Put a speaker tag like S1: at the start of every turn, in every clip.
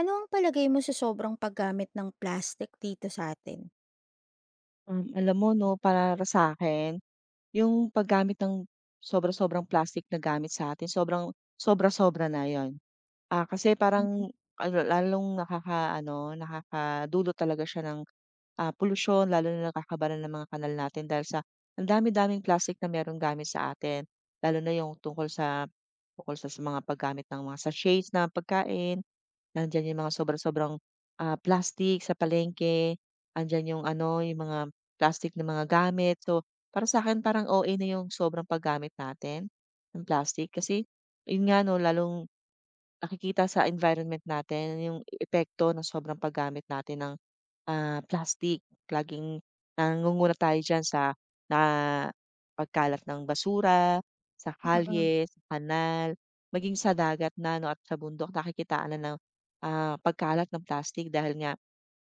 S1: Ano ang palagay mo sa sobrang paggamit ng plastic dito sa'tin?
S2: Alam mo 'no, para sa akin yung paggamit ng sobra-sobrang plastic na gamit sa atin, sobra-sobra na yon. Kasi
S1: Mm.
S2: parang ano, nakakadulot talaga siya ng, polusyon, lalo na nakakabara ng mga kanal natin dahil sa ang dami-daming plastic na merong gamit sa atin. Lalo na yung tungkol sa mga paggamit ng mga sachets na pagkain. Nandiyan yung mga sobrang-sobrang, plastic sa palengke, andiyan yung ano, yung mga plastic na mga gamit. So, para sa akin parang OA na yung sobrang paggamit natin ng plastic, kasi yun nga 'no, lalong nakikita sa environment natin yung epekto ng sobrang paggamit natin ng plastic. Laging nangunguna tayo diyan sa na pagkalat ng basura, sa
S1: Mm.
S2: kalye, sa kanal, maging sa dagat na 'no at sa bundok, nakikitaan na ng, pagkalat ng plastic dahil nga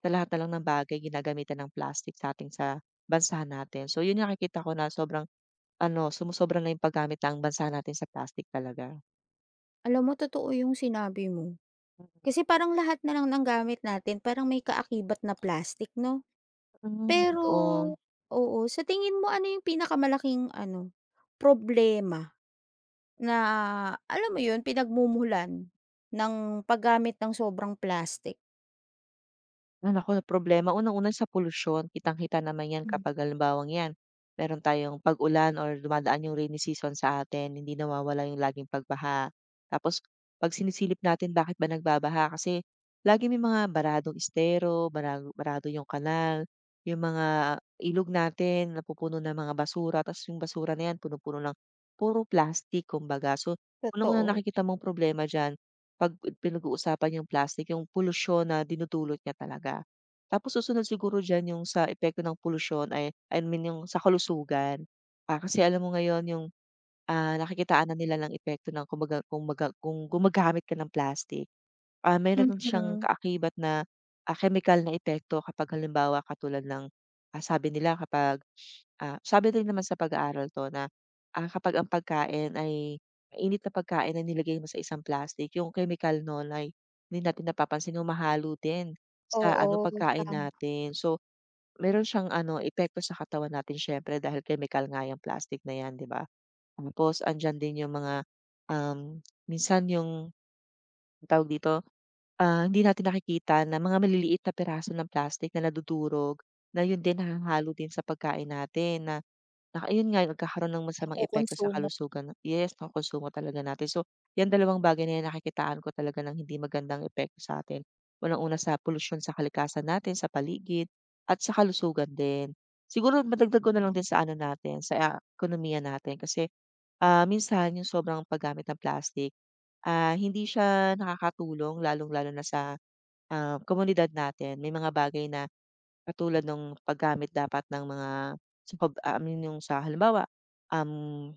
S2: sa lahat na lang ng bagay ginagamitan ng plastic sa sa'tin, sa bansa natin. So 'yun yung nakikita ko, na sobrang ano, sumusobra na 'yung paggamit ng bansa natin sa plastic talaga.
S1: Alam mo, totoo yung sinabi mo. Kasi parang lahat na lang ng gamit natin parang may kaakibat na plastic 'no?
S2: Mm,
S1: Pero
S2: totoo.
S1: oo, sa tingin mo ano yung pinakamalaking ano, problema na alam mo yun, pinagmumulan ng paggamit ng sobrang plastic?
S2: Naku, problema. Unang-una sa polusyon, kitang-kita naman 'yan
S1: Hmm.
S2: kapag halimbawang 'yan, meron tayong pag-ulan or dumadaan yung rainy season sa atin, hindi nawawala yung laging pagbaha. Tapos 'pag sinisilip natin bakit ba nagbabaha, kasi lagi may mga baradong estero, bara barado yung kanal, yung mga ilog natin napupuno ng mga basura, tapos yung basura na 'yan puno puno ng puro plastic kumbaga. So, unang-una
S1: Totoo.
S2: nakikita mong problema diyan 'pag pinag-uusapan yung plastic, yung polusyon na dinudulot niya talaga. Tapos susunod siguro diyan yung sa epekto ng polusyon ay I mean yung sa kalusugan. Kasi alam mo ngayon yung, nakikitaan na nila ng epekto ng, kumbaga, kung gumagamit ka ng plastic. Meron siyang
S1: Mhm.
S2: kaakibat na, kemikal na epekto kapag halimbawa katulad ng, sabi nila kapag, sabi rin naman sa pag-aaral 'to na, kapag ang pagkain ay mainit na pagkain na nilagay mo sa isang plastic, yung chemical nun ay hindi natin napapansin humahalo din sa ano,
S1: Oo,
S2: pagkain
S1: tama.
S2: natin. So, meron siyang ano, epekto sa katawan natin siyempre, dahil chemical nga yang plastic na 'yan, 'di ba? Tapos andiyan din yung mga, um, minsan yung tawag dito, hindi natin nakikita na mga maliliit na piraso ng plastic na nadudurog, na yun din nahahalo din sa pagkain natin, na na ayun nga, nagkakaroon ng masamang epekto sa
S1: Nakokonsumo.
S2: kalusugan, yes, ng konsumo talaga natin. So, yang dalawang bagay na yan nakikitaan ko talaga ng hindi magandang epekto sa atin. Unang-una sa polusyon sa kalikasan natin, sa paligid, at sa kalusugan din. Siguro madagdag ko na lang
S1: Mm.
S2: din sa ano natin, sa ekonomiya natin, kasi minsan yung sobrang paggamit ng plastic, hindi siya nakakatulong lalong-lalo na sa komunidad natin. May mga bagay na katulad nung paggamit dapat ng mga sa pag I mean yung sa halimbawa, um,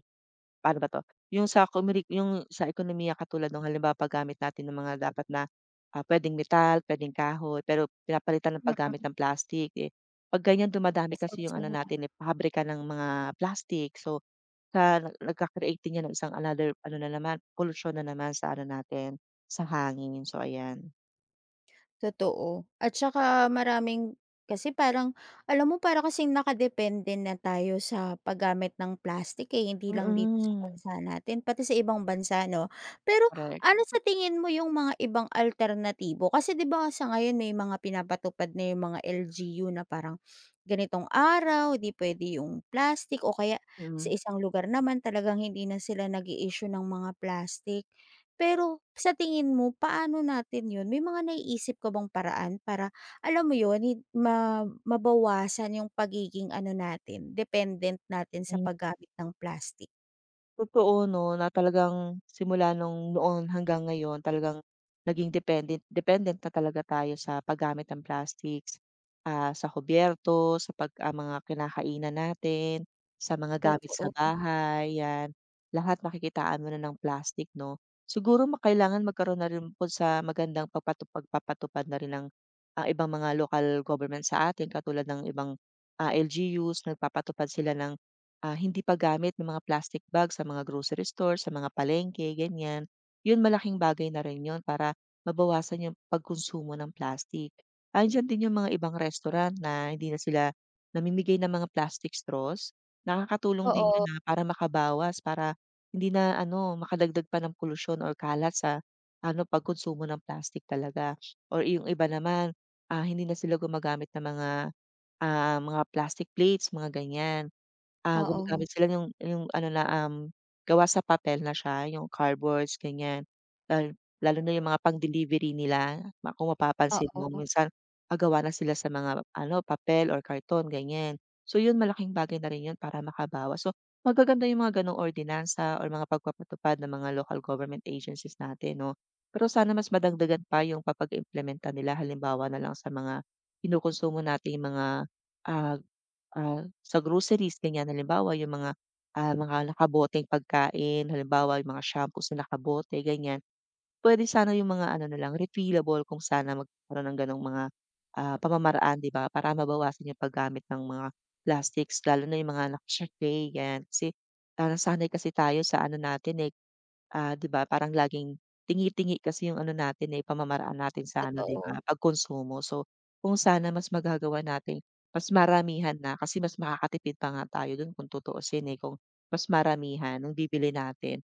S2: paano ba 'to? Yung sa komuni yung sa ekonomiya, katulad nung halimbawa paggamit natin ng mga dapat na, puwedeng metal, puwedeng kahoy, pero pinapalitan ng paggamit ng plastic, eh, 'pag ganyan dumadami
S1: Kasi
S2: kasi
S1: mas
S2: yung ano
S1: mura.
S2: natin, eh, pabrika ng mga plastic. So, sa nagka-create din yan ng isang another ano na naman, pollution na naman sa ano natin, sa hangin. So, ayan.
S1: Totoo, at saka maraming kasi parang alam mo para kasing nakadepende na tayo sa paggamit ng plastic, eh, hindi lang dito sa
S2: Mm,
S1: bansa natin pati sa ibang bansa 'no. Pero
S2: correct.
S1: ano sa tingin mo yung mga ibang alternatibo? Kasi 'di ba sa ngayon may mga pinapatupad na yung mga LGU na parang ganitong araw di puwede yung plastic, o kaya sa
S2: Mm.
S1: isang lugar naman talagang hindi na sila nag issue ng mga plastic. Pero sa tingin mo paano natin 'yun, may mga naiisip ka bang paraan para alam mo 'yun hin ma mabawasan yung pagiging ano natin, dependent natin sa
S2: Hmm,
S1: paggamit ng plastic?
S2: totoo 'no, na talagang simula nung noon hanggang ngayon talagang naging dependent dependent na talaga tayo sa paggamit ng plastics, sa kubyerto, sa pag mga kinakainan natin, sa mga gamit sa
S1: Totoo.
S2: bahay, 'yan. Lahat nakikitaan mo na ng plastic 'no. Siguro ma kailangan magkaroon na rin po sa magandang pagpapatupad na rin ng, ibang mga lokal government sa atin, katulad ng ibang, LGUs nagpapatupad sila ng hindi paggamit ng mga plastic bag sa mga grocery store, sa mga palengke, ganyan. Yun malaking bagay na rin yun para mabawasan yung pagkonsumo ng plastic. Andiyan din yung mga ibang restaurant na hindi na sila namimigay ng mga plastic straws. Nakakatulong din yun,
S1: Oo,
S2: na para makabawas, para hindi na ano, makadagdag pa ng polusyon or kalat sa ano, pagkonsumo ng plastic talaga. Or yung iba naman, hindi na sila gumagamit ng mga, mga plastic plates, mga ganyan.
S1: oo,
S2: Gumagamit sila yung ano na, gawa sa papel na siya, yung cardboards ganyan. Lalo na yung mga pang-delivery nila, ma kung mapapansin mo
S1: oo.
S2: minsan, gawa na sila sa mga ano, papel or karton ganyan. So yun malaking bagay na rin yun para makabawas. So magaganda yung mga gano'ng ordinansa or mga pagpapatupad ng mga local government agencies natin 'no. Pero sana mas madagdagan pa yung papag-implementa nila, halimbawa na lang sa mga kinukonsumo nating mga, ah sa groceries ganyan. Halimbawa yung mga, mga nakaboteng pagkain, halimbawa yung mga shampoos na nakabote ganyan. Puwede sana yung mga ano na lang refillable, kung sana magkaroon ng gano'ng mga, pamamaraan 'di ba, para mabawasan yung paggamit ng mga plastics, lalo na yung mga naka-sachet, ganyan. Kasi, nasanay kasi tayo sa ano natin, eh, 'di ba parang laging tingi-tingi kasi yung ano natin, eh, pamamaraan natin sa ano, 'di
S1: Totoo,
S2: ba, pagkonsumo. So, kung sana mas magagawa nating mas maramihan na, kasi mas makakatipid pa nga tayo dun kung tutuusin, eh, kung mas maramihan yung bibili natin.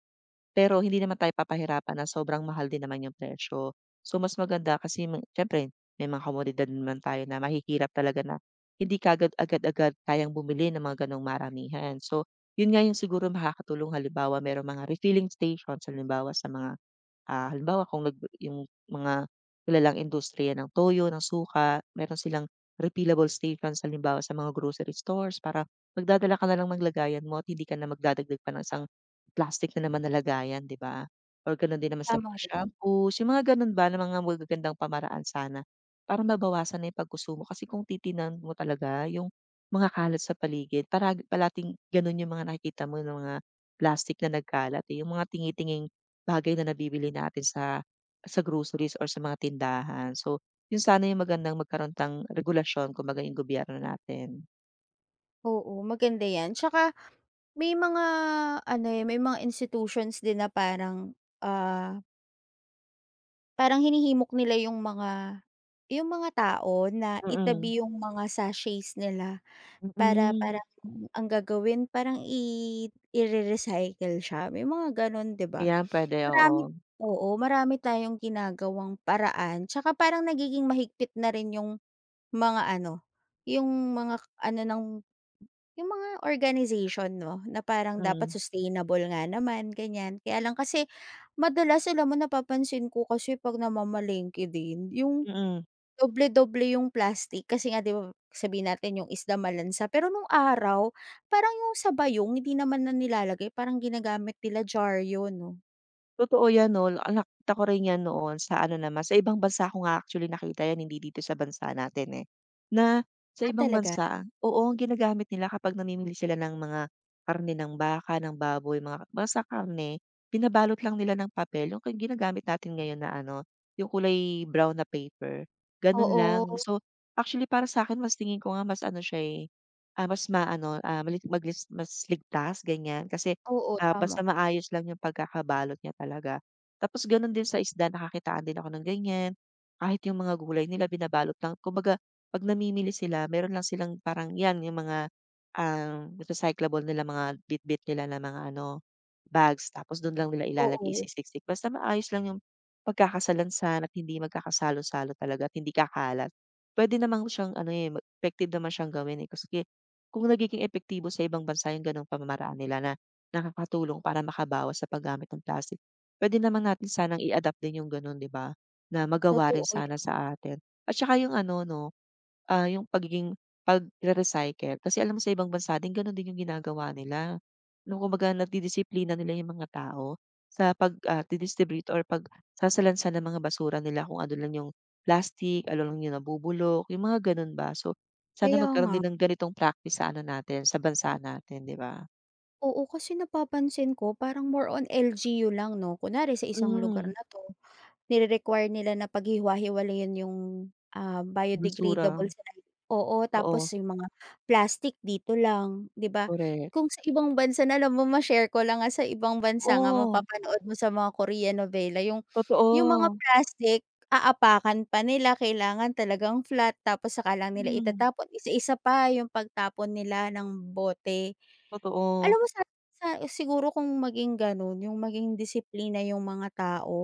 S2: Pero hindi naman tayo papahirapan na sobrang mahal din naman yung presyo. So, mas maganda kasi ma siyempre may mga komodidad naman tayo na mahihirap talaga na hindi kaagad agad-agad kayang bumili ng mga gano'ng maramihan. So, yun nga yung siguro makakatulong, halimbawa merong mga refilling stations halimbawa sa mga halimbawa kung nag yung mga kilalang industriya ng toyo, ng suka, meron silang refillable stations halimbawa sa mga grocery stores, para magdadala ka na lang ng lagayan mo at hindi ka na magdadagdag pa ng isang plastic na naman na lagayan, 'di ba? Or gano'n din naman sa
S1: tama
S2: mga
S1: 'yan.
S2: shampoos, yung mga gano'n ba na mga magagandang pamaraan sana, para mabawasan na yung pagkonsumo, kasi kung titignan mo talaga yung mga kalat sa paligid para palating gano'n yung mga nakikita mo ng mga plastic na nagkalat, eh, yung mga tingi bagay na nabibili natin sa groceries or sa mga tindahan. So, yun sana yung magandang magkaroon ng regulasyon kumbaga yung gobyerno natin.
S1: Oo, maganda 'yan. Tsaka may mga ano, eh, may mga institutions din na parang hinihimok nila yung mga tao na
S2: Mm,
S1: itabi yung mga sachets nila. Para
S2: mm.
S1: parang ang gagawin parang ire-recycle siya, may mga gano'n 'di ba?
S2: Ayan, puwede,
S1: Marami
S2: oo.
S1: oo, marami tayong ginagawang paraan, tsaka parang nagiging mahigpit na rin mga ano, yung mga ano ng yung mga organization 'no, na parang dapat
S2: Mm,
S1: sustainable nga naman ganyan. Kaya lang kasi madalas alam mo napapansin ko kasi 'pag namamalengke din yung
S2: mm.
S1: doble-doble yung plastic kasi nga 'di ba sabihin natin yung isda malansa, pero nung araw parang yung sa bayong hindi naman na nilalagay parang ginagamit nila jar yun 'no?
S2: Totoo 'yan 'no, ala nakita ko rin 'yan noon sa ano naman, sa ibang bansa ko nga actually nakita 'yan, hindi dito sa bansa natin, eh. Na sa
S1: Ah,
S2: ibang
S1: talaga?
S2: bansa, oo, ang ginagamit nila kapag namimili sila ng mga karne ng baka, ng baboy, mga basta karne, pinabalot lang nila ng papel, yung ginagamit natin ngayon na ano, yung kulay brown na paper, gano'n lang.
S1: Oo,
S2: So, actually para sa akin mas tingin ko nga mas ano siya, eh, mas maano, ah, mali maglis mas ligtas, ganiyan. Kasi
S1: oo, tama,
S2: Basta maayos lang yung pagkakabalot niya talaga. Tapos gano'n din sa isda nakakitaan din ako ng ganyan. Kahit yung mga gulay nila binabalot lang kumbaga 'pag namimili sila meron lang silang parang 'yan yung mga, recyclable nila, mga bitbit nila na mga ano, bags, tapos do'n lang nila ilalagay,
S1: oo,
S2: isisiksik. Basta maayos lang yung pagkakasalansan at hindi magkakasalo-salo talaga at hindi kakalat. Puwede naman siyang ano, eh, ma effective naman siyang gawin, eh, kasi kung nagiging epektibo sa ibang bansa yung gano'ng pamamaraan nila na nakakatulong para makabawas sa paggamit ng plastic. Puwede naman natin sanang i-adapt din yung gano'n, 'di ba, na magawa rin
S1: totoo
S2: sana
S1: yan.
S2: sa atin. At saka yung ano 'no, yung pagiging pagre-recycle, kasi alam mo sa ibang bansa din gano'n din yung ginagawa nila. No, kumbaga nadidisiplina nila yung mga tao sa pag, di-distribute pag-sasalansan ng mga basura nila, kung ano lang yung plastic, ano lang yung nabubulok, yung mga gano'n ba. So, sana
S1: Kaya nga,
S2: magkaroon din ng ganitong practice sa ano natin, sa bansa natin, 'di ba?
S1: oo kasi napapansin ko parang more on LGU lang 'no, kunwari sa isang lugar
S2: Mm.
S1: na 'to. Nire-require nila na paghiwa-hiwalayin yung,
S2: Basura,
S1: biodegradable sa, oo,
S2: oo,
S1: tapos yung mga plastic dito lang, 'di ba?
S2: korek.
S1: Kung sa ibang bansa na alam mo ma-share ko lang, sa ibang bansa nga
S2: Oo,
S1: mapapanood mo sa mga Korean novela yung mga
S2: totoo.
S1: plastic, aapakan pa nila, kailangan talagang flat tapos saka lang nila
S2: Hmm,
S1: itatapon, isa-isa pa yung pagtapon nila ng bote.
S2: totoo,
S1: Alam mo sa siguro kung maging gano'n, yung maging disiplina yung mga tao.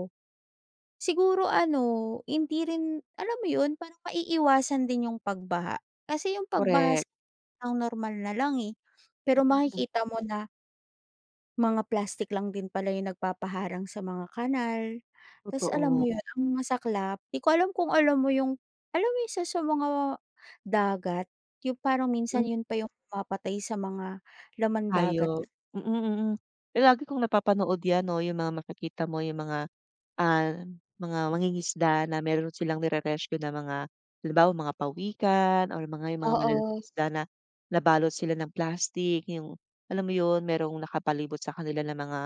S1: Siguro ano, hindi rin alam mo 'yun, parang maiiwasan din yung pagbaha. Kasi yung pagbaha
S2: korek.
S1: sa ang normal na lang, eh. Pero
S2: Mm,
S1: makikita mo na mga plastic lang din pala yung nagpapaharang sa mga kanal. Tapos alam mo
S2: totoo.
S1: 'yun, ang masaklap, 'di ko alam kung alam mo yung isa sa mga dagat, yung parang minsan
S2: Hmm,
S1: 'yun pa yung mapatay sa mga laman dagat na.
S2: hayop. Mm, mm. Eh, lagi kong napapanood 'yan 'no, yung mga makikita mo yung mga, ah, mga mangingisda na meron silang nire-rescue na mga halimbawa mga pawikan or mga yung mga malalaking
S1: Oo,
S2: isda na nabalot sila ng plastic, yung alam mo yun, merong nakapalibot sa kanila na mga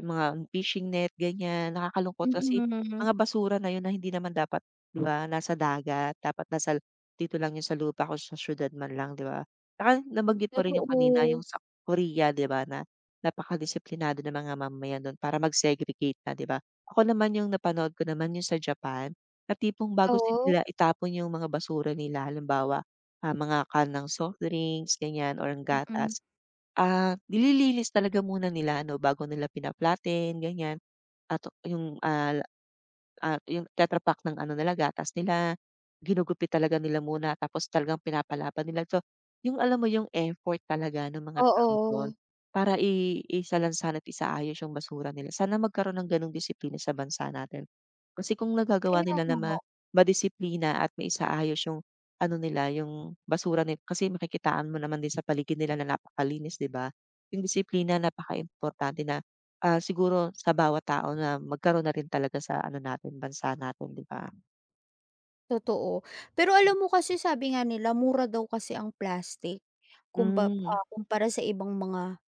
S2: yung mga fishing net ganyan, nakakalungkot Mm. kasi
S1: mm.
S2: mga basura na yun na hindi naman dapat, 'di ba, nasa dagat, dapat nasa dito lang yun sa lupa, kung sa siyudad man lang 'di ba? Tsaka nabanggit mo
S1: Mm,
S2: rin yung kanina
S1: totoo.
S2: yung sa Korea 'di ba, na napakadisiplinado ng mga mamamayan dun para mag-segregate na 'di ba? Ako naman yung napanood ko naman yung sa Japan, na tipong bago
S1: Oo,
S2: sila itapon yung mga basura nila halimbawa, mga kanang soft drinks ganyan or ang gatas, nililinis talaga muna nila, ano, bago nila pina-flatten ganyan at yung, at yung Tetra Pak ng ano nila, gatas nila, ginugupit talaga nila muna, tapos talagang pinapalaban nila. So, yung alam mo yung effort talaga ng mga tao don
S1: oo,
S2: para i isalansan at isaayos yung basura nila. Sana magkaroon ng ganong disiplina sa bansa natin. Kasi kung nagagawa
S1: kaya
S2: nila na ma
S1: nga.
S2: madisiplina at maisaayos yung ano nila, yung basura nila, kasi makikitaan mo naman din sa paligid nila na napakalinis, 'di ba? Yung disiplina napakaimportante na siguro sa bawat tao na magkaroon na rin talaga sa ano natin, bansa natin, 'di ba?
S1: Totoo. Pero alam mo kasi sabi nga nila mura daw kasi ang plastic,
S2: Hmm,
S1: kumpara sa ibang mga,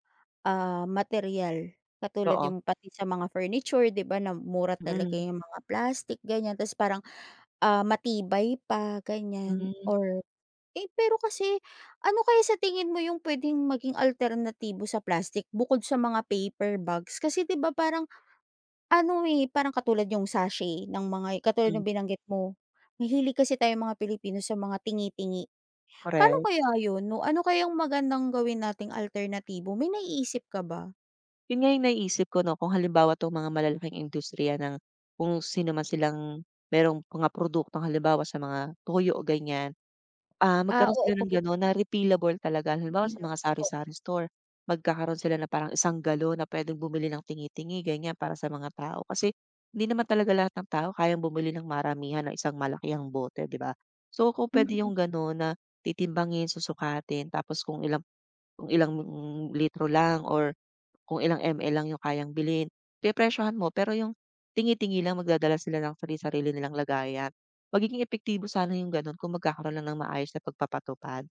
S1: materyal. Katulad
S2: oo.
S1: yung pati sa mga furniture 'di ba na mura talaga
S2: Mm,
S1: yung mga plastic ganyan, tapos parang, matibay pa ganyan
S2: hmm,
S1: or eh, pero kasi ano kaya sa tingin mo yung puwedeng maging alternatibo sa plastic bukod sa mga paper bags? Kasi 'di ba parang ano, eh, parang katulad yung sachet ng mga katulad
S2: mm,
S1: ng binanggit mo, mahilig kasi tayong mga Pilipino sa mga tingi-tingi. Paano
S2: correct.
S1: kaya yun 'no? Ano kayang magandang gawin nating alternatibo, may naiisip ka ba?
S2: Yun nga yung naiisip ko 'no, kung halimbawa 'tong mga malalaking industriya ng kung sino man silang merong mga produktong halimbawa sa mga toyo, ganyan,
S1: Ah,
S2: magkaroon
S1: oo,
S2: sila
S1: kung
S2: ng gano'n na refillable talaga.
S1: may
S2: Halimbawa sa
S1: available,
S2: mga
S1: oo.
S2: sari-sari store, magkakaroon sila ng parang isang galon na puwedeng bumili ng tingi-tingi, ganiyan, para sa mga tao. Kasi hindi naman talaga lahat ng tao kayang bumili ng maramihan ng isang malakihang bote, 'di ba? So, kung puwede
S1: Mm,
S2: yung gano'n na titimbangin, susukatin, tapos kung ilang litro lang or kung ilang ML lang yung kayang bilhin, pepresyohan mo pero yung tingi-tingi lang, magdadala sila ng sari-sarili nilang lagayan. Magiging epektibo sana yung gano'n kung magkakaroon lang ng maayos na pagpapatupad.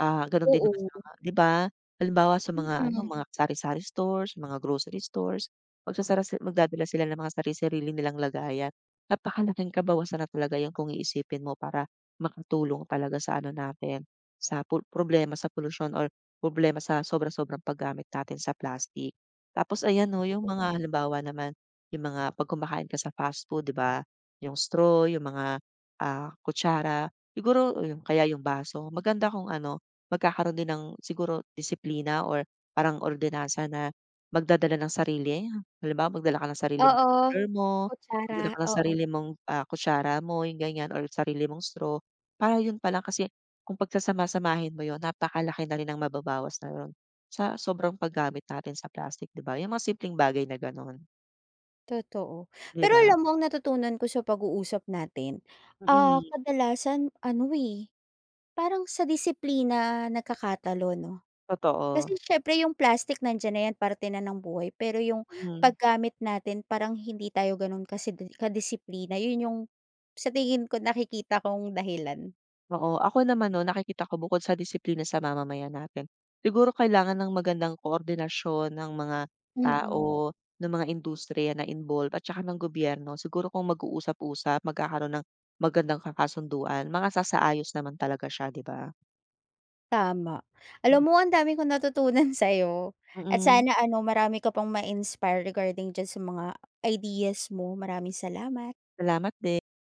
S2: Gano'n din naman
S1: oo.
S2: sa mga 'di ba? Halimbawa sa mga ano,
S1: Mm,
S2: mga sari-sari stores, mga grocery stores, magsasara si magdadala sila ng mga sari-sarili nilang lagayan. Napakalaking kabawasan na talaga 'yan kung iisipin mo para makatulong talaga sa ano natin, sa problema sa polusyon or problema sa sobra-sobrang paggamit natin sa plastic. Tapos ayan 'no, yung mga halimbawa naman, yung mga 'pag kumakain ka sa fast food 'di ba, yung straw, yung mga, kutsara, siguro o yung kaya yung baso, maganda kung ano magkakaroon din ng siguro disiplina or parang ordinansa na magdadala ng sarili. Halimbawa, magdala ka ng sarili mong
S1: oo,
S2: tumbler mo,
S1: kutsara,
S2: magdala ka ng
S1: oo,
S2: sarili mong, kutsara mo, yung ganyan or sarili mong straw. Para yun pa lang kasi kung pagsasama-samahin mo yun, napakalaki na rin ang mababawas na nun sa sobrang paggamit natin sa plastic, 'di ba? Yung mga simpleng bagay na gano'n,
S1: totoo.
S2: 'di
S1: Pero
S2: ba?
S1: alam mo ang natutunan ko sa pag-uusap natin,
S2: Mm,
S1: kadalasan ano, eh, parang sa disiplina nagkakatalo 'no?
S2: totoo.
S1: Kasi siyempre yung plastic nandiyan na yan parte na ng buhay pero yung
S2: Mm.
S1: paggamit natin parang hindi tayo gano'n kasi di kadisiplina yun yung sa tingin ko nakikita kong dahilan.
S2: Oo, ako naman 'no, nakikita ko bukod sa disiplina sa mamamayan natin, siguro kailangan ng magandang koordinasyon ng mga
S1: Mm,
S2: tao, ng mga industriya na involved at saka ng gobyerno. Siguro kung mag-uusap-usap, magkakaroon ng magandang kakasunduan, makasasaayos naman talaga siya, 'di ba?
S1: tama. Alam
S2: Mm,
S1: mo ang dami kong natutunan sa'yo at
S2: mm,
S1: sana ano marami ka pang ma-inspire regarding diyan sa mga ideas mo. Maraming salamat.
S2: salamat din.